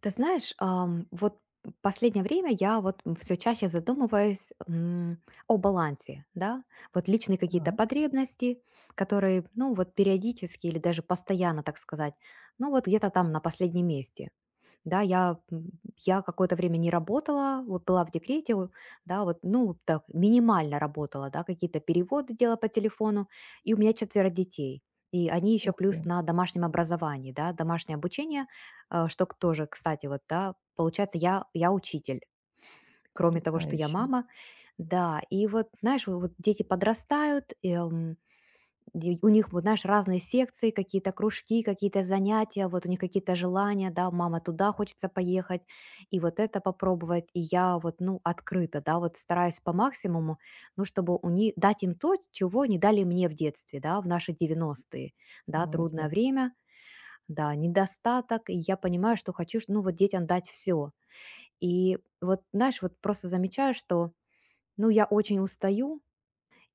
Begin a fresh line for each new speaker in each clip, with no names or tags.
Ты знаешь, вот последнее время я вот все чаще задумываюсь, о балансе, да, вот личные какие-то
Так,
потребности, которые, ну, вот периодически или даже постоянно, так сказать, ну, вот где-то там на последнем месте. Да, я какое-то время не работала, вот была в декрете, да, вот, ну, так, минимально работала, да, какие-то переводы делала по телефону, и у меня четверо детей. И они еще
ух ты,
плюс на домашнем образовании, да, домашнее обучение, а, что тоже, кстати, вот, да, получается, я учитель, кроме того, что я
потрясающе.
мама, да, и вот, знаешь, вот дети подрастают, Ди у них, вот знаешь, разные секции, какие-то кружки, какие-то занятия, вот у них какие-то желания, да, мама туда хочется поехать, и вот это попробовать, и я вот, ну, открыта, да, вот стараюсь по максимуму, ну, чтобы у них, дать им то, чего не дали мне в детстве, да, в наши 90-е,
Ты
да, трудное
молодец.
время, да, недостаток, и я понимаю, что хочу, ну, вот детям дать все. И вот, знаешь, вот просто замечаю, что, ну, я очень устаю,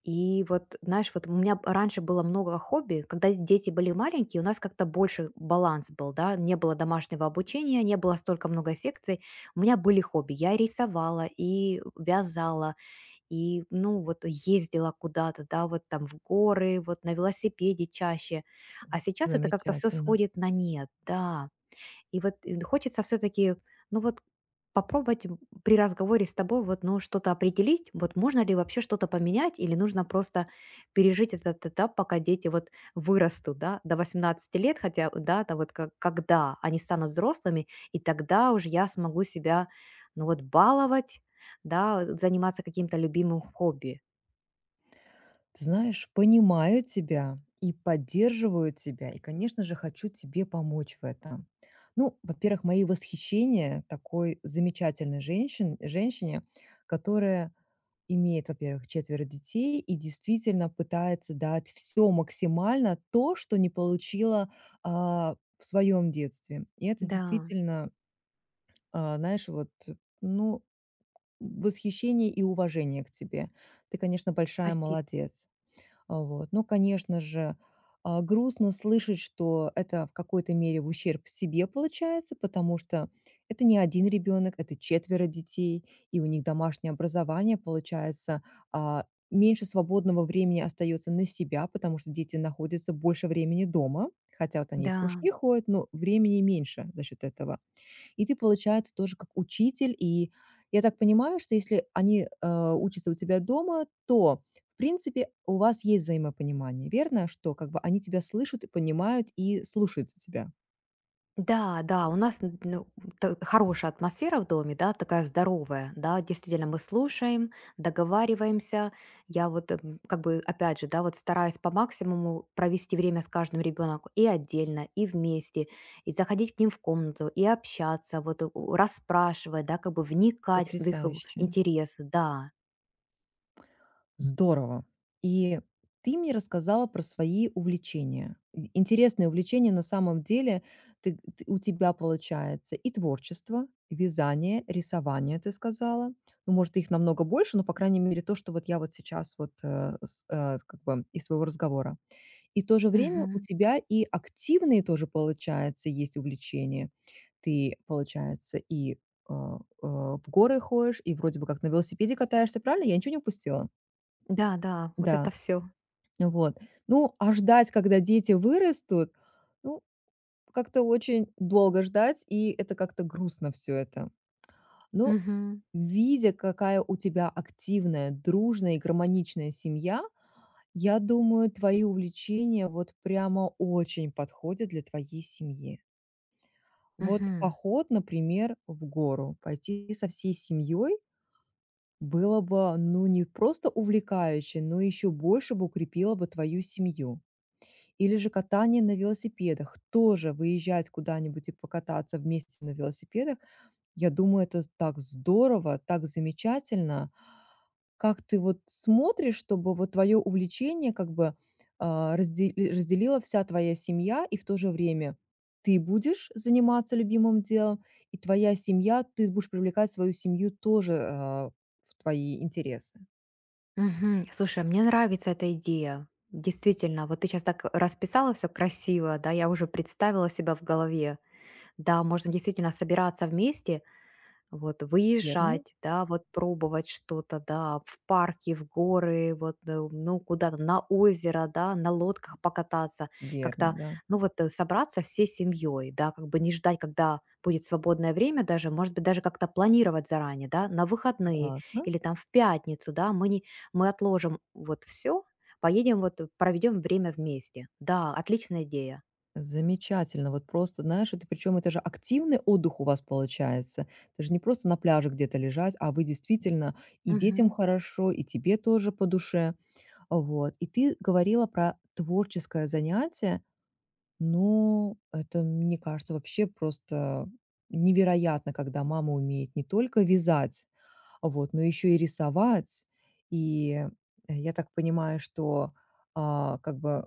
и вот, знаешь, вот у меня раньше было много хобби, когда дети были маленькие, у нас как-то больше баланс был, да, не было домашнего обучения, не было столько много секций, у меня были хобби, я рисовала и вязала, и, ну, вот ездила куда-то, да, вот там в горы, вот на велосипеде чаще, а сейчас это как-то все
Замечательно.
сходит на нет, да, и вот, хочется все-таки, ну вот, попробовать, при разговоре с тобой вот, ну, что-то определить, вот можно ли вообще что-то поменять или нужно просто пережить этот этап, пока дети вот вырастут, да, до 18 лет, хотя, да, да, вот как, когда они станут взрослыми, и тогда уже я смогу себя, ну вот, баловать, да, заниматься каким-то любимым хобби.
Ты знаешь, понимаю тебя и поддерживаю тебя, и, конечно же, хочу тебе помочь в этом. Ну, во-первых, мои восхищения такой замечательной женщин, женщине, которая имеет, во-первых, четверо детей и действительно пытается дать все максимально то, что не получила в своем детстве. И это
Да,
действительно, знаешь, вот, ну, восхищение и уважение к тебе. Ты, конечно, большая
спасибо.
молодец. А, вот. Ну, конечно же, грустно слышать, что это в какой-то мере в ущерб себе получается, потому что это не один ребенок, это четверо детей, и у них домашнее образование, получается, меньше свободного времени остается на себя, потому что дети находятся больше времени дома, хотя вот они и в
Да.
кружки ходят, но времени меньше за счет этого. И ты, получается, тоже как учитель. И я так понимаю, что если они, учатся у тебя дома, то, в принципе, у вас есть взаимопонимание, верно? Что как бы они тебя слышат и понимают и слушаются тебя.
Да, да, у нас ну, хорошая атмосфера в доме, да, такая здоровая, да, действительно мы слушаем, договариваемся. Я вот, как бы, опять же, да, вот стараюсь по максимуму провести время с каждым ребенком и отдельно, и вместе, и заходить к ним в комнату, и общаться, вот расспрашивать, да, как бы вникать в их
Потрясающе.
интересы, да.
Здорово. И ты мне рассказала про свои увлечения. И интересные увлечения на самом деле ты, у тебя получается и творчество, и вязание, рисование, ты сказала. Ну, может, их намного больше, но, по крайней мере, то, что вот я вот сейчас вот как бы из своего разговора. И в то же время у
Мгм.
тебя и активные тоже, получается, есть увлечения. Ты, получается, и э, в горы ходишь, и вроде бы как на велосипеде катаешься, правильно? Я ничего не упустила?
Да, да, вот
Да.
это все.
Вот. Ну, а ждать, когда дети вырастут, ну, как-то очень долго ждать, и это как-то грустно все это. Но
Угу.
видя, какая у тебя активная, дружная и гармоничная семья, я думаю, твои увлечения вот прямо очень подходят для твоей семьи. Вот
Угу.
поход, например, в гору, пойти со всей семьей было бы, ну, не просто увлекающе, но еще больше бы укрепило бы твою семью. Или же катание на велосипедах. Тоже выезжать куда-нибудь и покататься вместе на велосипедах. Я думаю, это так здорово, так замечательно. Как ты вот смотришь, чтобы вот твое увлечение как бы, разделила вся твоя семья, и в то же время ты будешь заниматься любимым делом, и твоя семья ты будешь привлекать свою семью тоже, в твои интересы.
Мгм. Слушай, а мне нравится эта идея. Действительно, вот ты сейчас так расписала все красиво, да, я уже представила себя в голове. Да, можно действительно собираться вместе вот
Верно?
выезжать, да, вот пробовать что-то, да, в парки, в горы, вот, ну, куда-то на озеро, да, на лодках покататься,
Верно,
как-то,
да.
ну, вот собраться всей семьей, да, как бы не ждать, когда будет свободное время даже, может быть, даже как-то планировать заранее, да, на выходные
Согласна.
или там в пятницу, да, мы, не, мы отложим вот все, поедем вот, проведем время вместе. Да, отличная идея.
Замечательно. Вот просто, знаешь, это причем это же активный отдых у вас получается. Это же не просто на пляже где-то лежать, а вы действительно и детям
Мгм.
хорошо, и тебе тоже по душе. Вот. И ты говорила про творческое занятие. Ну, это, мне кажется, вообще просто невероятно, когда мама умеет не только вязать, вот, но еще и рисовать. И э, я так понимаю, что как бы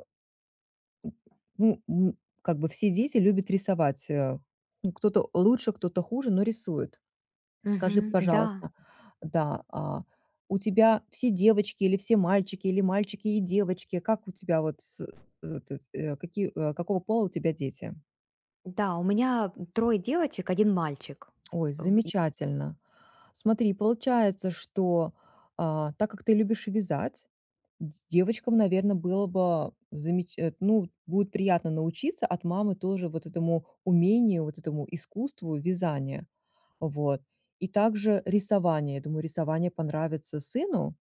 ну, как бы все дети любят рисовать. Ну, кто-то лучше, кто-то хуже, но рисует. Скажи,
Мгм. Да,
пожалуйста, да, у тебя все девочки или все мальчики, или мальчики и девочки? Как у тебя вот, какие, какого пола у тебя дети?
да, у меня трое девочек, один мальчик.
Ой,
В и
замечательно. Смотри, получается, что так как ты любишь вязать, девочкам, наверное, было бы замеч э, ну, будет приятно научиться от мамы тоже вот этому умению, вот этому искусству вязания. Вот. И также рисование. Я думаю, рисование понравится сыну,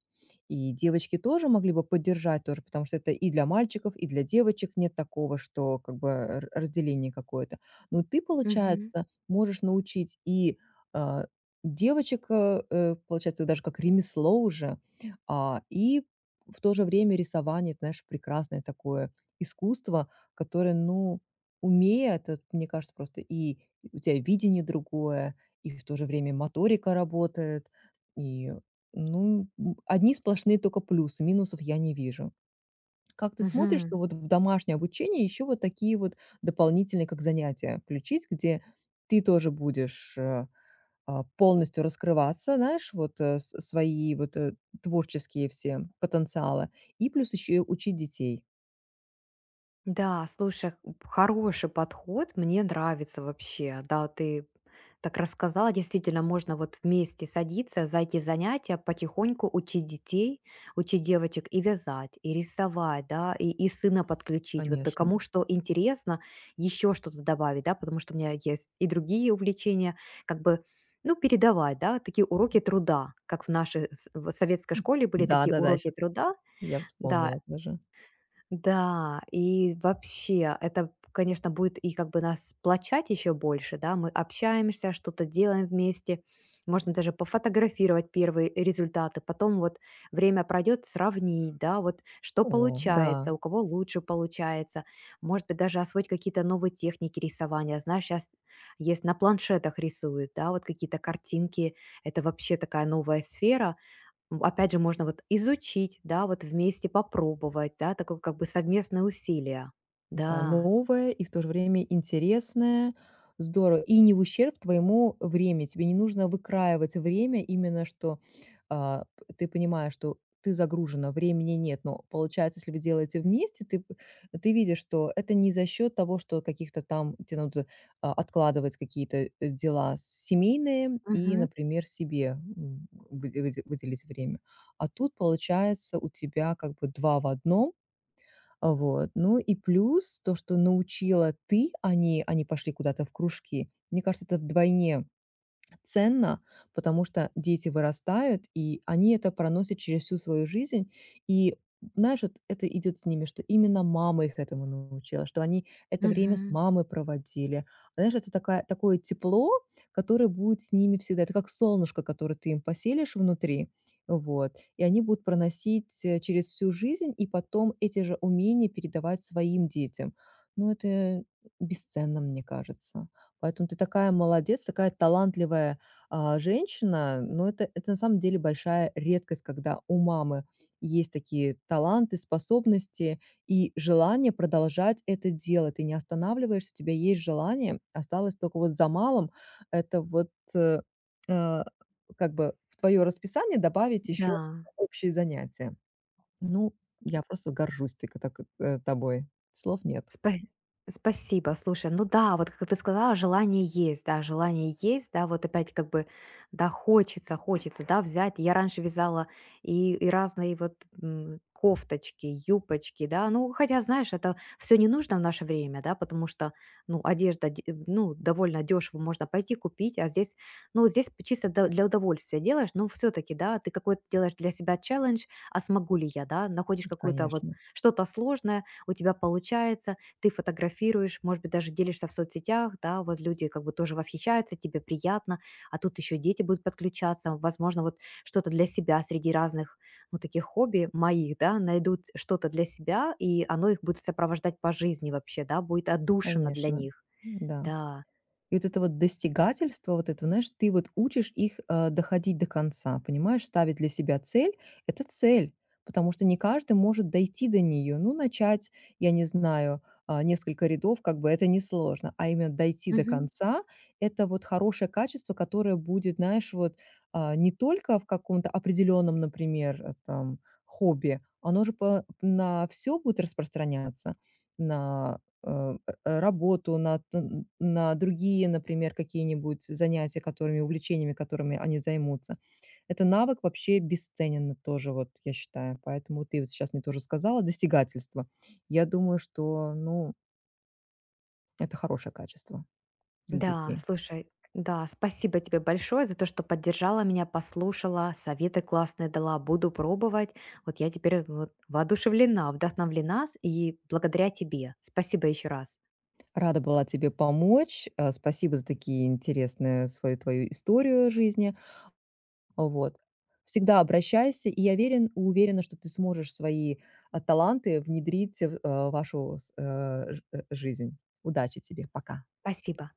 и девочки тоже могли бы поддержать тоже, потому что это и для мальчиков, и для девочек нет такого, что как бы разделение какое-то. Но ты,
Мгм.
получается, можешь научить и а, девочек, получается, даже как ремесло уже, и в то же время рисование, это, знаешь, прекрасное такое искусство, которое, ну, умея, это, мне кажется, просто и у тебя видение другое, и в то же время моторика работает. И, ну, одни сплошные только плюсы, минусов я не вижу. Как ты смотришь,
Мгм.
что вот в домашнее обучение еще вот такие вот дополнительные, как занятия, включить, где ты тоже будешь, полностью раскрываться, знаешь, вот, с свои вот, творческие все потенциалы, и плюс еще и учить детей,
Да, слушай, хороший подход, мне нравится вообще. Да, ты так рассказала, действительно, можно вот вместе садиться за эти занятия, потихоньку учить детей, учить девочек и вязать, и рисовать, да, и сына подключить. Вот да
конечно.
кому что интересно, еще что-то добавить, да, потому что у меня есть и другие увлечения, как бы, ну, передавать, да, такие уроки труда, как в нашей в советской школе были такие
Да-да-да,
уроки
сейчас
труда,
я
да,
вспомнила тоже.
да, и вообще, это, конечно, будет и как бы нас сплочать еще больше, да, мы общаемся, что-то делаем вместе, можно даже пофотографировать первые результаты, потом вот время пройдет, сравнить, да, вот что
О, да.
получается, у кого лучше получается, может быть, даже освоить какие-то новые техники рисования, знаешь, сейчас есть на планшетах рисуют, да, вот какие-то картинки, это вообще такая новая сфера. Опять же, можно вот изучить, да, вот вместе попробовать, да, такое как бы совместное усилие.
Да,
Да.
новое и в то же время интересное. Здорово. И не в ущерб твоему времени. Тебе не нужно выкраивать время именно, что ты понимаешь, что ты загружена, времени нет. Но получается, если вы делаете вместе, ты видишь, что это не за счет того, что каких-то там тебе надо откладывать какие-то дела семейные и,
Мгм.
например, себе выделить время. А тут получается у тебя как бы два в одном, вот. Ну и плюс то, что научила ты, они пошли куда-то в кружки. Мне кажется, это вдвойне ценно, потому что дети вырастают, и они это проносят через всю свою жизнь. И знаешь, вот это идет с ними, что именно мама их этому научила, что они это время с
Мгм.
мамой проводили. Знаешь, это такая, такое тепло, которое будет с ними всегда. Это как солнышко, которое ты им поселишь внутри, вот. И они будут проносить через всю жизнь и потом эти же умения передавать своим детям. Ну, это бесценно, мне кажется. Поэтому ты такая молодец, такая талантливая, женщина. Но это на самом деле большая редкость, когда у мамы есть такие таланты, способности и желание продолжать это дело. Ты не останавливаешься, у тебя есть желание. Осталось только вот за малым — это вот, э, как бы в твое расписание добавить еще
Да.
общие занятия. Ну, я просто горжусь ты так, тобой. Слов нет.
Спа спасибо. Слушай, ну да, вот как ты сказала, желание есть, да, вот опять как бы, да, хочется, хочется, да, взять. Я раньше вязала и разные вот кофточки, юбочки, да, ну, хотя, знаешь, это все не нужно в наше время, да, потому что, ну, одежда, ну, довольно дешево можно пойти купить, а здесь, ну, вот здесь чисто для удовольствия делаешь, но все-таки, да, ты какой-то делаешь для себя челлендж, а смогу ли я, да, находишь какую-то вот
Конечно,
что-то сложное, у тебя получается, ты фотографируешь, может быть, даже делишься в соцсетях, да, вот люди как бы тоже восхищаются, тебе приятно, а тут еще дети будут подключаться, возможно, вот что-то для себя среди разных, ну, таких хобби моих, да, найдут что-то для себя, и оно их будет сопровождать по жизни вообще, да, будет отдушина для
конечно.
них,
Да.
да.
И вот это вот достигательство, вот это, знаешь, ты вот учишь их, доходить до конца, понимаешь? Ставить для себя цель — это цель, потому что не каждый может дойти до нее. Ну, начать, я не знаю, несколько рядов, как бы это несложно, а именно дойти до
Мгм.
конца — это вот хорошее качество, которое будет, знаешь, вот, не только в каком-то определенном, например, там, хобби, оно же по на все будет распространяться, на, работу, на н на другие, например, какие-нибудь занятия, которыми увлечениями, которыми они займутся. Это навык вообще бесценен тоже, вот я считаю. Поэтому ты вот сейчас мне тоже сказала достигательство. Я думаю, что, ну, это хорошее качество для
Да,
детей.
слушай, да, спасибо тебе большое за то, что поддержала меня, послушала, советы классные дала, буду пробовать. Вот я теперь вот воодушевлена, вдохновлена, и благодаря тебе. Спасибо еще раз.
Рада была тебе помочь. Спасибо за такие интересные свою твою историю жизни. Вот. Всегда обращайся, и я верен уверена, что ты сможешь свои, таланты внедрить в, вашу с э, ж э, жизнь. Удачи тебе. Пока.
Спасибо.